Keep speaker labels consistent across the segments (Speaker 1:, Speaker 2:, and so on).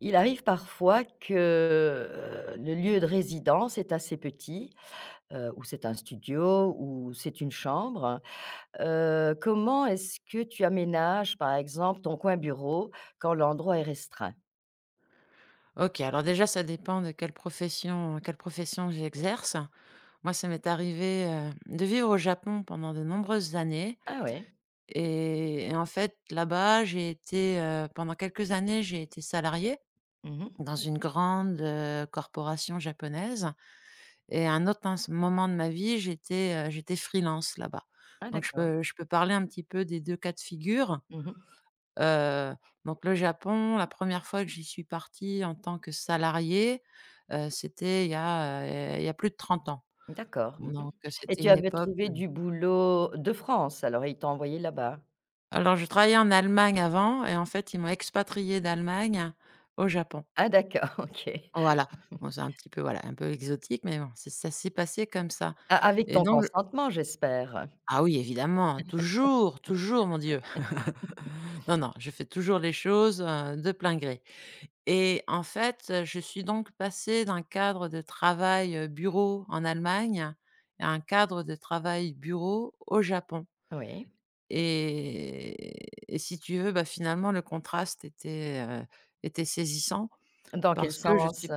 Speaker 1: Il arrive parfois que le lieu de résidence est assez petit, ou c'est un studio ou c'est une chambre. Comment est-ce que tu aménages, par exemple, ton coin bureau quand l'endroit est restreint?
Speaker 2: OK, alors déjà, ça dépend de quelle profession j'exerce. Moi, ça m'est arrivé, de vivre au Japon pendant de nombreuses années
Speaker 1: Ah ouais.
Speaker 2: et en fait, là-bas, j'ai été, pendant quelques années, j'ai été salariée
Speaker 1: Mmh.
Speaker 2: dans une grande, corporation japonaise et à un autre ins moment de ma vie, j'étais, j'étais freelance là-bas.
Speaker 1: Ah
Speaker 2: Donc je
Speaker 1: d'accord.
Speaker 2: peux je peux parler un petit peu des 2 cas de figure.
Speaker 1: Mmh.
Speaker 2: Heu, donc le Japon, la première fois que j'y suis partie en tant que salariée, c'était il y a plus de 30 ans.
Speaker 1: D'accord. Mmh. Et
Speaker 2: C'était
Speaker 1: tu
Speaker 2: une
Speaker 1: avais
Speaker 2: époque,
Speaker 1: trouvé du boulot de France alors? Ils t'ont envoyé là-bas?
Speaker 2: alors je travaillais en Allemagne avant et en fait, ils m'ont expatriée d'Allemagne au Japon.
Speaker 1: Ah d'accord, OK.
Speaker 2: Voilà. Bon, c'est un petit peu, voilà, un peu exotique, mais bon, c'est ça s'est passé comme ça
Speaker 1: A avec
Speaker 2: et
Speaker 1: ton
Speaker 2: donc le
Speaker 1: consentement, j'espère?
Speaker 2: ah oui, évidemment, toujours, toujours, mon Dieu. Non, non, je fais toujours les choses, de plein gré. Et en fait, je suis donc passée d'un cadre de travail, bureau en Allemagne, à un cadre de travail bureau au Japon,
Speaker 1: Oui.
Speaker 2: et et si tu veux, bah, finalement le contraste était, était saisissant
Speaker 1: Dans quel
Speaker 2: parce que je
Speaker 1: sens?
Speaker 2: suis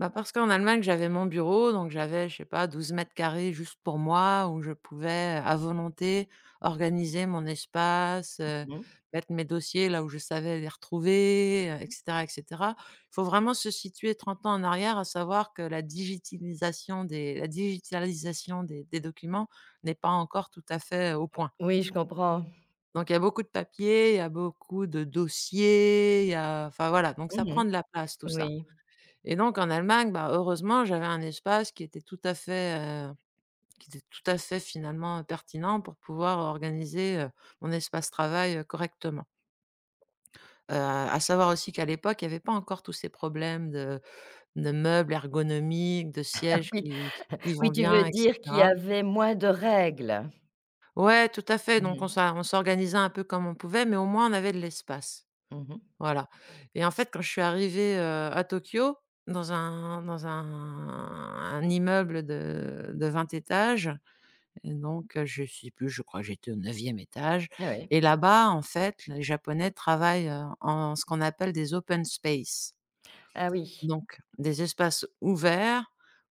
Speaker 2: bah, parce qu'en Allemagne, j'avais mon bureau, donc j'avais, je sais pas, douze mètres carrés juste pour moi, où je pouvais, à volonté, organiser mon espace,
Speaker 1: Mmh.
Speaker 2: mettre mes dossiers là où je savais les retrouver, et cetera, et cetera. Il faut vraiment se situer 30 ans en arrière, à savoir que la digitalisation des documents n'est pas encore tout à fait au point.
Speaker 1: Oui, je comprends.
Speaker 2: Donc il y a beaucoup de dossiers, il y a enfin voilà, donc ça
Speaker 1: Mmh.
Speaker 2: prend de la place tout ça.
Speaker 1: Oui,
Speaker 2: Et donc en Allemagne, bah, heureusement, j'avais un espace qui était tout à fait finalement, pertinent pour pouvoir organiser, mon espace travail, correctement. À savoir aussi qu'à l'époque, il n'y avait pas encore tous ces problèmes de meubles ergonomiques, de sièges
Speaker 1: oui,
Speaker 2: qui vont
Speaker 1: oui, tu veux
Speaker 2: bien, et
Speaker 1: dire qu'il y
Speaker 2: cetera.
Speaker 1: avait moins de règles?
Speaker 2: Ouais, tout à fait,
Speaker 1: Mmh
Speaker 2: donc
Speaker 1: mh.
Speaker 2: on s'organisait un peu comme on pouvait, mais au moins on avait de l'espace.
Speaker 1: Mmh.
Speaker 2: Voilà, et en fait, quand je suis arrivée, à Tokyo, dans un un immeuble de 20 étages, je sais plus, je crois que j'étais au neuvième étage,
Speaker 1: Ah oui.
Speaker 2: et là-bas, en fait, les japonais travaillent, en ce qu'on appelle des open space.
Speaker 1: Ah oui.
Speaker 2: Donc des espaces ouverts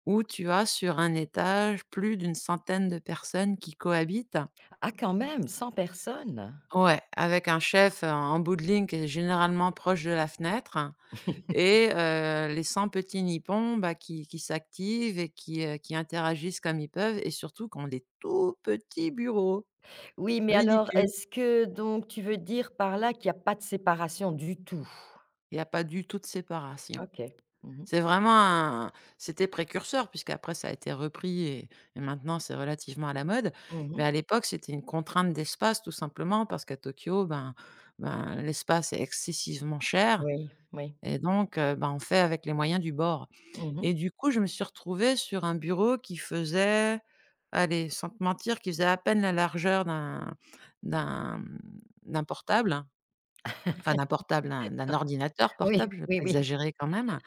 Speaker 2: où tu as sur un étage plus d'une centaine de personnes qui cohabitent.
Speaker 1: Ah quand même, 100 personnes?
Speaker 2: Ouais, avec un chef, en bout de ligne qui est généralement proche de la fenêtre. Et les 100 petits nippons, bah, qui s'activent et qui interagissent comme ils peuvent et surtout qui ont des tout petits bureaux,
Speaker 1: Oui, mais alors
Speaker 2: ridicule.
Speaker 1: est-ce que donc tu veux dire par là qu'il y a pas de séparation du tout?
Speaker 2: Il n'y a pas du tout de séparation.
Speaker 1: OK. Mmh mh.
Speaker 2: C'est vraiment un C'était précurseur puisqu'après ça a été repris, et maintenant c'est relativement à la mode. Mais à
Speaker 1: Mmh.
Speaker 2: l'époque, c'était une contrainte d'espace tout simplement parce qu'à Tokyo, ben, l'espace est excessivement cher
Speaker 1: Oui, oui.
Speaker 2: et ben, on fait avec les moyens du bord.
Speaker 1: Mmh.
Speaker 2: Et du coup, je me suis retrouvée sur un bureau qui faisait, allez, sans te mentir, qui faisait à peine la largeur d'un d'un d'un portable, enfin d'un portable, d'un ordinateur
Speaker 1: Oui,
Speaker 2: portable, je vais pas
Speaker 1: oui, oui.
Speaker 2: exagérer quand même,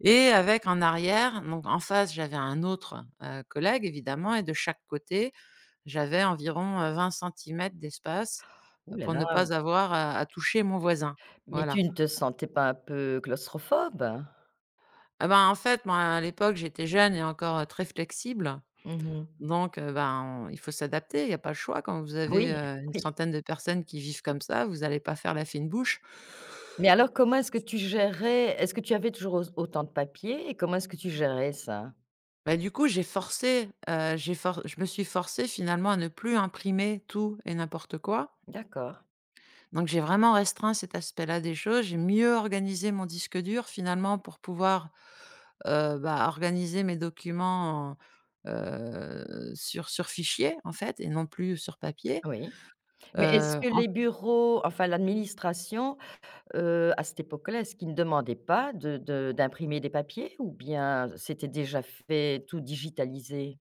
Speaker 2: et avec en arrière donc en face, j'avais un autre, collègue évidemment, et de chaque côté, j'avais environ, 20 cm d'espace,
Speaker 1: Ouh là
Speaker 2: pour
Speaker 1: là,
Speaker 2: ne pas avoir à toucher mon voisin.
Speaker 1: mais
Speaker 2: Voilà.
Speaker 1: tu ne te sentais pas un peu claustrophobe?
Speaker 2: Ah ben, en fait, moi, à l'époque, j'étais jeune et encore, très flexible.
Speaker 1: Mmh.
Speaker 2: Ben, on il faut s'adapter, il n'y a pas le choix quand vous avez,
Speaker 1: Oui,
Speaker 2: une
Speaker 1: oui.
Speaker 2: centaine de personnes qui vivent comme ça, vous n'allez pas faire la fine bouche.
Speaker 1: Mais alors comment est-ce que tu avais toujours aus autant de papier et comment est-ce que tu gérais ça?
Speaker 2: Bah, du coup, j'ai forcé, j'ai for je me suis forcée finalement à ne plus imprimer tout et n'importe quoi.
Speaker 1: D'accord,
Speaker 2: Donc j'ai vraiment restreint cet aspect-là des choses, j'ai mieux organisé mon disque dur finalement pour pouvoir, bah, organiser mes documents en, sur fichier en fait et non plus sur papier,
Speaker 1: oui. Mais est-ce
Speaker 2: heu.
Speaker 1: que les bureaux, enfin l'administration, à cette époque-là, est-ce qu'ils ne demandaient pas de de d'imprimer des papiers ou bien c'était déjà fait, tout digitalisé?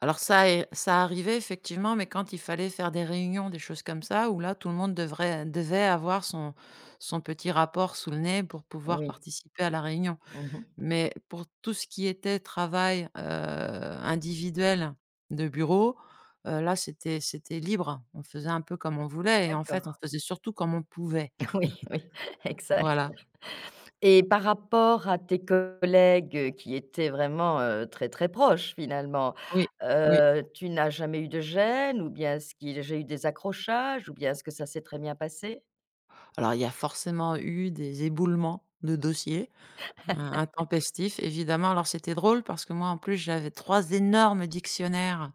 Speaker 2: Ça arrivait effectivement, mais quand il fallait faire des réunions, des choses comme ça, où là tout le monde devrait devait avoir son son petit rapport sous le nez pour pouvoir
Speaker 1: Oui.
Speaker 2: participer à la réunion.
Speaker 1: Mmh.
Speaker 2: Mais pour tout ce qui était travail, individuel de bureau, là c'était libre. On faisait un peu comme on voulait et en
Speaker 1: D'accord.
Speaker 2: fait, on faisait surtout comme on pouvait.
Speaker 1: Oui, oui, exact.
Speaker 2: Voilà.
Speaker 1: Et par rapport à tes collègues, qui étaient vraiment, très, très proches finalement,
Speaker 2: Oui, oui.
Speaker 1: tu n'as jamais eu de gêne ou bien est-ce qu'il y a eu des accrochages ou bien est-ce que ça s'est très bien passé?
Speaker 2: Alors il y a forcément eu des éboulements de dossiers. Un intempestif évidemment. Alors c'était drôle parce que moi en plus j'avais 3 énormes dictionnaires,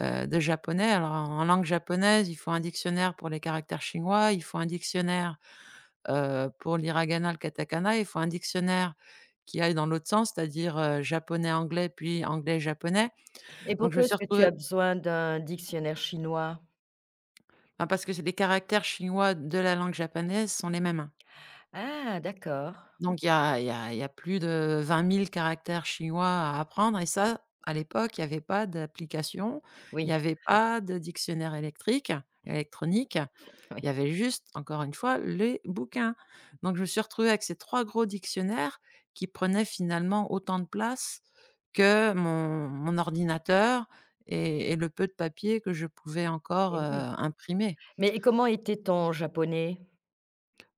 Speaker 2: de japonais. Alors en langue japonaise, il faut un dictionnaire pour les caractères chinois, il faut un dictionnaire, pour l'hiragana, le katakana, il faut un dictionnaire qui aille dans l'autre sens, c'est-à-dire, japonais-anglais, puis anglais-japonais.
Speaker 1: Et
Speaker 2: Donc je me
Speaker 1: pourquoi
Speaker 2: suis
Speaker 1: est-ce que tu
Speaker 2: retrouvée
Speaker 1: as besoin d'un dictionnaire chinois?
Speaker 2: Enfin parce que c'est les caractères chinois de la langue japonaise sont les mêmes, hein.
Speaker 1: Ah d'accord.
Speaker 2: Donc il y a plus de vingt mille caractères chinois à apprendre, et ça, à l'époque, il y avait pas d'application, il y
Speaker 1: Oui,
Speaker 2: avait pas de dictionnaire électrique électronique, il y
Speaker 1: oui,
Speaker 2: avait juste, encore une fois, les bouquins. Donc je me suis retrouvée avec ces 3 gros dictionnaires qui prenaient finalement autant de place que mon ordinateur et le peu de papier que je pouvais encore,
Speaker 1: et oui.
Speaker 2: imprimer.
Speaker 1: Mais comment était ton japonais?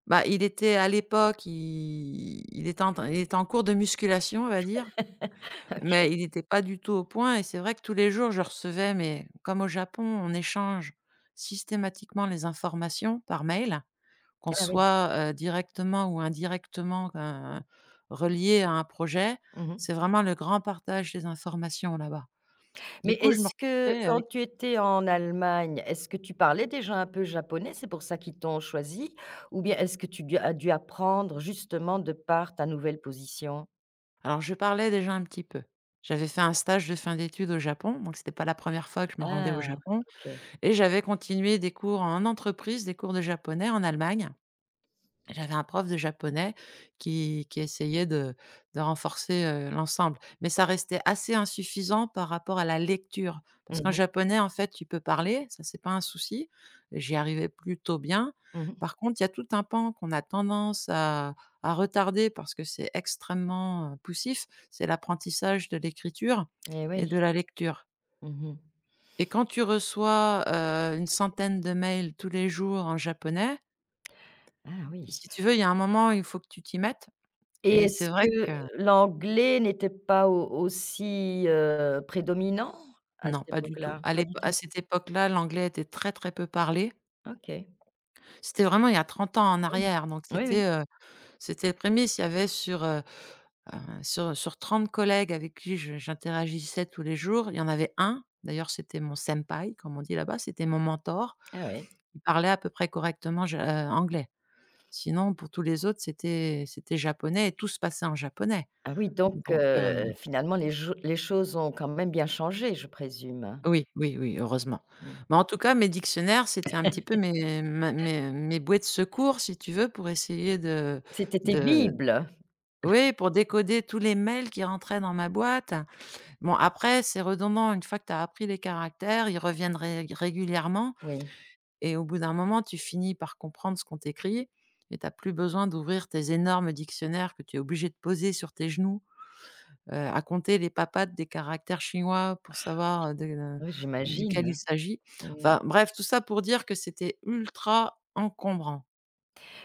Speaker 2: Bah, il était en train il était en cours de musculation, on va dire. Mais
Speaker 1: OK.
Speaker 2: il n'était pas du tout au point, et c'est vrai que tous les jours je recevais, mais comme au Japon, on échange systématiquement les informations par mail, qu'on
Speaker 1: Ah oui.
Speaker 2: soit, directement ou indirectement, relié à un projet.
Speaker 1: Mmh.
Speaker 2: C'est vraiment le grand partage des informations là-bas. Du
Speaker 1: Mais
Speaker 2: coup, je me
Speaker 1: est-ce que
Speaker 2: retrouvais
Speaker 1: quand
Speaker 2: avec,
Speaker 1: tu étais en Allemagne, est-ce que tu parlais déjà un peu japonais? C'est pour ça qu'ils t'ont choisi? Ou bien est-ce que tu du as dû apprendre justement de par ta nouvelle position?
Speaker 2: alors je parlais déjà un petit peu. J'avais fait un stage de fin d'études au Japon, donc c'était pas la première fois que je me rendais au
Speaker 1: Ah
Speaker 2: Japon,
Speaker 1: OK.
Speaker 2: et j'avais continué des cours en entreprise, des cours de japonais en Allemagne. J'avais un prof de japonais qui essayait de renforcer, l'ensemble, mais ça restait assez insuffisant par rapport à la lecture. Parce
Speaker 1: Mmh
Speaker 2: qu'en
Speaker 1: mh.
Speaker 2: japonais, en fait, tu peux parler, ça c'est pas un souci, j'y arrivais plutôt bien.
Speaker 1: Mmh.
Speaker 2: Par contre, il y a tout un pan qu'on a tendance à retarder parce que c'est extrêmement, poussif, c'est l'apprentissage de l'écriture
Speaker 1: Et
Speaker 2: et de
Speaker 1: oui.
Speaker 2: la lecture,
Speaker 1: Mmh.
Speaker 2: et quand tu reçois, une centaine de mails tous les jours en japonais,
Speaker 1: Ah oui.
Speaker 2: si tu veux, il y a un moment, il faut que tu t'y mettes.
Speaker 1: Et
Speaker 2: Et c'est
Speaker 1: est-ce
Speaker 2: vrai que
Speaker 1: que l'anglais n'était pas au aussi, prédominant à
Speaker 2: non,
Speaker 1: cette
Speaker 2: pas du tout.
Speaker 1: époque-là? Pas du
Speaker 2: À
Speaker 1: tout?
Speaker 2: cette époque-là, l'anglais était très, très peu parlé.
Speaker 1: OK.
Speaker 2: C'était vraiment il y a 30 ans en
Speaker 1: Mmh.
Speaker 2: arrière, donc
Speaker 1: Oui, oui.
Speaker 2: c'était, c'était les prémices. Il y avait sur 30 collègues avec qui je j'interagissais tous les jours, il y en avait un. D'ailleurs c'était mon senpai comme on dit là-bas, c'était mon mentor.
Speaker 1: Ah oui.
Speaker 2: Il parlait à peu près correctement ja anglais. Sinon, pour tous les autres, c'était japonais et tout se passait en japonais,
Speaker 1: Ah oui, donc
Speaker 2: donc
Speaker 1: finalement les choses ont quand même bien changé, je présume?
Speaker 2: oui, oui, oui, heureusement.
Speaker 1: Mmh.
Speaker 2: Mais en tout cas, mes dictionnaires, c'était un petit peu mes ma mes mes bouées de secours, si tu veux, pour essayer
Speaker 1: C'était tes
Speaker 2: de
Speaker 1: bibles?
Speaker 2: oui, pour décoder tous les mails qui rentraient dans ma boîte. Bon, après, c'est redondant, une fois que tu as appris les caractères, ils reviennent ré régulièrement,
Speaker 1: Oui.
Speaker 2: et au bout d'un moment, tu finis par comprendre ce qu'on t'écrit, et tu as plus besoin d'ouvrir tes énormes dictionnaires que tu es obligé de poser sur tes genoux, à compter les papates des caractères chinois pour savoir, de,
Speaker 1: Oui, j'imagine.
Speaker 2: duquel il s'agit.
Speaker 1: Mmh.
Speaker 2: Enfin bref, tout ça pour dire que c'était ultra encombrant.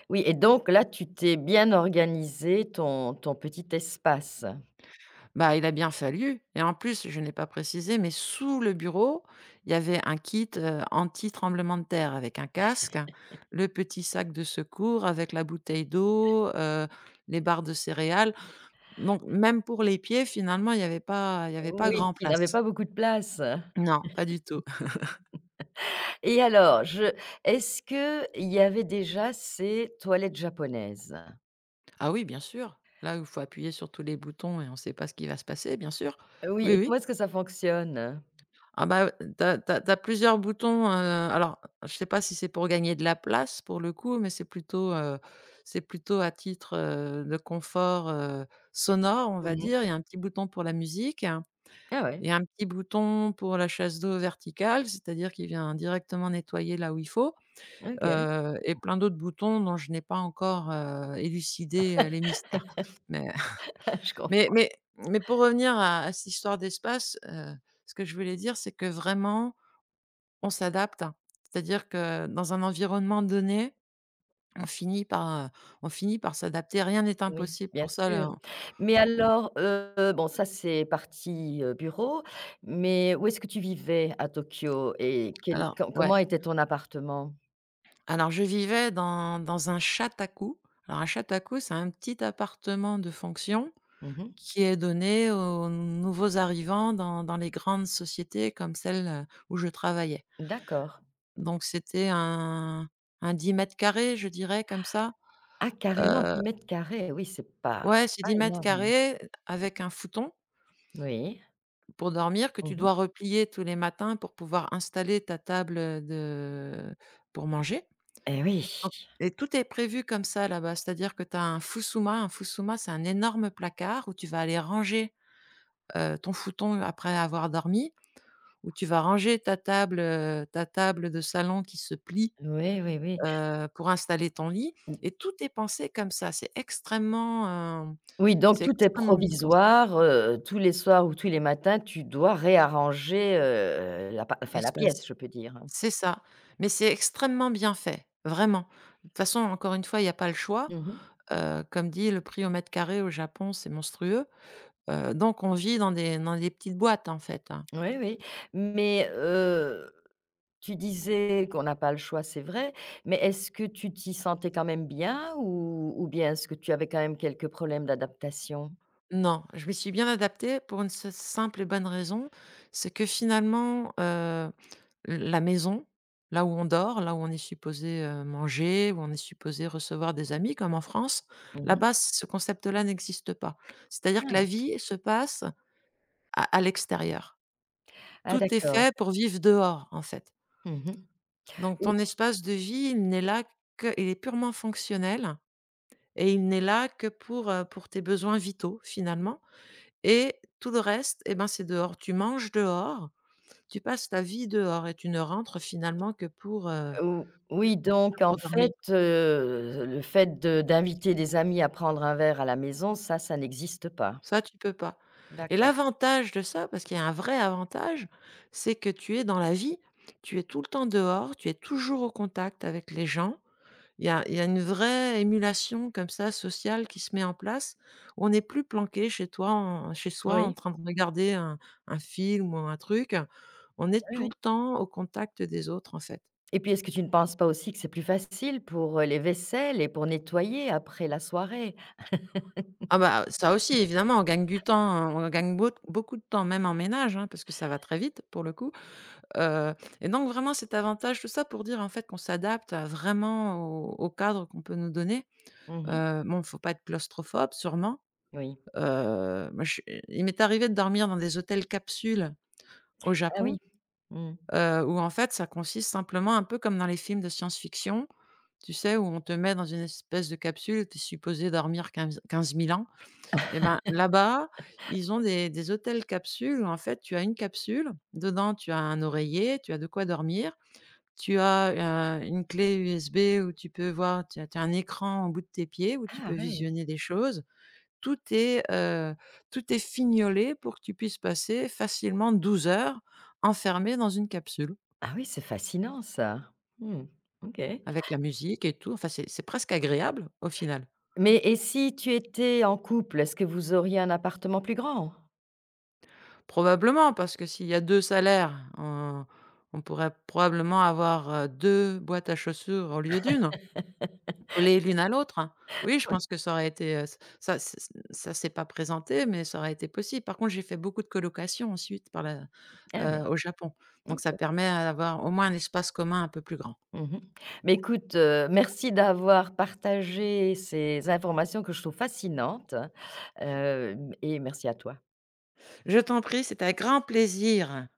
Speaker 1: Oui et donc là, tu t'es bien organisé ton petit espace?
Speaker 2: Bah, il a bien fallu, et en plus, je n'ai pas précisé, mais sous le bureau, il y avait un kit, anti-tremblement de terre avec un casque, le petit sac de secours avec la bouteille d'eau, les barres de céréales. Donc même pour les pieds, finalement, il y avait pas
Speaker 1: Oui,
Speaker 2: grand
Speaker 1: tu n'avais
Speaker 2: place.
Speaker 1: pas beaucoup de place.
Speaker 2: Non, pas du tout.
Speaker 1: Et alors, je est-ce que il y avait déjà ces toilettes japonaises?
Speaker 2: Ah oui, bien sûr. Là où il faut appuyer sur tous les boutons et on ne sait pas ce qui va se passer, bien sûr.
Speaker 1: Oui
Speaker 2: Oui,
Speaker 1: et
Speaker 2: oui.
Speaker 1: comment est-ce que ça fonctionne?
Speaker 2: Ah bah, tu as plusieurs boutons, alors je sais pas si c'est pour gagner de la place pour le coup, mais c'est plutôt à titre, de confort, sonore, on va
Speaker 1: Mmh mh.
Speaker 2: dire. Il y a un petit bouton pour la musique
Speaker 1: Ah ouais,
Speaker 2: et un petit bouton pour la chasse d'eau verticale, c'est-à-dire qu'il vient directement nettoyer là où il faut,
Speaker 1: OK.
Speaker 2: et plein d'autres boutons dont je n'ai pas encore, élucidé, les mystères. Mais
Speaker 1: Je
Speaker 2: Mais
Speaker 1: comprends.
Speaker 2: mais mais pour revenir à cette histoire d'espace, ce que je voulais dire, c'est que vraiment, on s'adapte. C'est-à-dire que dans un environnement donné, on finit par, heu, on finit par s'adapter. Rien n'est
Speaker 1: Oui,
Speaker 2: impossible
Speaker 1: bien
Speaker 2: pour ça là
Speaker 1: sûr. Mais alors, bon ça c'est partie, bureau, mais où est-ce que tu vivais à Tokyo et quel
Speaker 2: ouais.
Speaker 1: comment était ton appartement?
Speaker 2: Alors je vivais dans un Chataku. Alors un Chataku, c'est un petit appartement de fonction
Speaker 1: Mmh mh.
Speaker 2: qui est donné aux nouveaux arrivants dans les grandes sociétés comme celle, où je travaillais.
Speaker 1: D'accord.
Speaker 2: Donc c'était un 10 mètres carrés, je dirais, comme ça.
Speaker 1: Ah carrément
Speaker 2: Heu,
Speaker 1: 10 mètres carrés. Oui c'est pas
Speaker 2: ouais, c'est
Speaker 1: c'est pas
Speaker 2: dix mètres
Speaker 1: énorme.
Speaker 2: carrés avec un futon
Speaker 1: Oui.
Speaker 2: pour dormir que tu
Speaker 1: Mmh mh.
Speaker 2: dois replier tous les matins pour pouvoir installer ta table, de pour manger.
Speaker 1: Et
Speaker 2: Donc
Speaker 1: oui.
Speaker 2: et tout est prévu comme ça là-bas, c'est-à-dire que tu as un fusuma. Un fusuma, c'est un énorme placard où tu vas aller ranger, ton futon après avoir dormi, où tu vas ranger ta table de salon qui se plie
Speaker 1: Oui, oui, oui.
Speaker 2: pour installer ton lit et tout est pensé comme ça.
Speaker 1: Oui, donc
Speaker 2: C'est
Speaker 1: tout est
Speaker 2: extrêmement bien pensé.
Speaker 1: provisoire, tous les soirs ou tous les matins, tu dois réarranger, la pa enfin la
Speaker 2: L'espace.
Speaker 1: pièce, je peux dire, hein.
Speaker 2: C'est ça, mais c'est extrêmement bien fait, vraiment. De toute façon, encore une fois, il n'y a pas le choix.
Speaker 1: Mmh.
Speaker 2: Comme dit, le prix au mètre carré au Japon, c'est monstrueux. Donc on vit dans des petites boîtes, en fait, hein.
Speaker 1: Oui, oui, mais tu disais qu'on n'a pas le choix, c'est vrai, mais est-ce que tu t'y sentais quand même bien ou bien est-ce que tu avais quand même quelques problèmes d'adaptation?
Speaker 2: Non, je m'y suis bien adaptée pour une s simple et bonne raison, c'est que finalement, la maison, là où on dort, là où on est supposé, manger, où on est supposé recevoir des amis comme en France,
Speaker 1: Mmh.
Speaker 2: là-bas, ce concept-là n'existe pas. C'est-à-dire que la
Speaker 1: Ah!
Speaker 2: vie se passe à l'extérieur.
Speaker 1: Ah
Speaker 2: Tout est
Speaker 1: d'accord.
Speaker 2: fait pour vivre dehors, en fait.
Speaker 1: Mmh.
Speaker 2: Donc
Speaker 1: Ou
Speaker 2: ton espace de vie, il n'est là que il est purement fonctionnel et il n'est là que pour tes besoins vitaux, finalement et tout le reste, eh ben, c'est dehors. Tu manges dehors, tu passes ta vie dehors et tu ne rentres finalement
Speaker 1: ou oui,
Speaker 2: que
Speaker 1: donc en
Speaker 2: pour dormir.
Speaker 1: fait, le fait de d'inviter des amis à prendre un verre à la maison, ça n'existe pas?
Speaker 2: Ça, tu peux pas. Et
Speaker 1: D'accord.
Speaker 2: l'avantage de ça, parce qu'il y a un vrai avantage, c'est que tu es dans la vie, tu es tout le temps dehors, tu es toujours au contact avec les gens. Il y a une vraie émulation comme ça sociale qui se met en place. On n'est plus planqué chez soi en
Speaker 1: Oui,
Speaker 2: train de regarder un film ou un truc. On est
Speaker 1: oui,
Speaker 2: tout
Speaker 1: oui.
Speaker 2: le temps au contact des autres, en fait.
Speaker 1: Et puis, est-ce que tu ne penses pas aussi que c'est plus facile pour, les vaisselles et pour nettoyer après la soirée?
Speaker 2: Ah bah, ça aussi évidemment, on gagne du temps, hein. On gagne beaucoup de temps même en ménage, hein, parce que ça va très vite pour le coup. Heu et donc vraiment cet avantage, tout ça pour dire, en fait, qu'on s'adapte à vraiment au cadre qu'on peut nous donner.
Speaker 1: Mmh.
Speaker 2: Bon, faut pas être claustrophobe sûrement.
Speaker 1: Oui.
Speaker 2: Moi je il m'est arrivé de dormir dans des hôtels capsules au
Speaker 1: Ah
Speaker 2: Japon,
Speaker 1: oui. Mmh.
Speaker 2: où en fait ça consiste simplement un peu comme dans les films de science-fiction, tu sais? Où on te met dans une espèce de capsule, tu es supposé dormir quinze 15 000 ans et ben là-bas, ils ont des hôtels capsules où en fait tu as une capsule, dedans tu as un oreiller, tu as de quoi dormir tu as, une clé USB où tu peux voir tu as un écran au bout de tes pieds où tu peux
Speaker 1: Ah ouais.
Speaker 2: visionner des choses. Tout est, heu, tout est fignolé pour que tu puisses passer facilement 12 heures enfermé dans une capsule
Speaker 1: Ah oui, c'est fascinant ça. Mmh. OK.
Speaker 2: avec la musique et tout. Enfin, c'est presque agréable au final.
Speaker 1: Mais et si tu étais en couple, est-ce que vous auriez un appartement plus grand?
Speaker 2: Probablement parce que s'il y a 2 salaires, on pourrait probablement avoir, 2 boîtes à chaussures au lieu d'une. Collées l'une à l'autre, hein. Oui, je
Speaker 1: Oui.
Speaker 2: pense que ça aurait été, ç ça s'est pas présenté, mais ça aurait été possible. Par contre, j'ai fait beaucoup de colocations ensuite par la
Speaker 1: Ah oui.
Speaker 2: au Japon. Donc
Speaker 1: OK.
Speaker 2: ça permet à avoir au moins un espace commun un peu plus grand.
Speaker 1: Mmh. Mais écoute, merci d'avoir partagé ces informations que je trouve fascinantes, et merci à toi.
Speaker 2: Je t'en prie, c'était avec grand plaisir.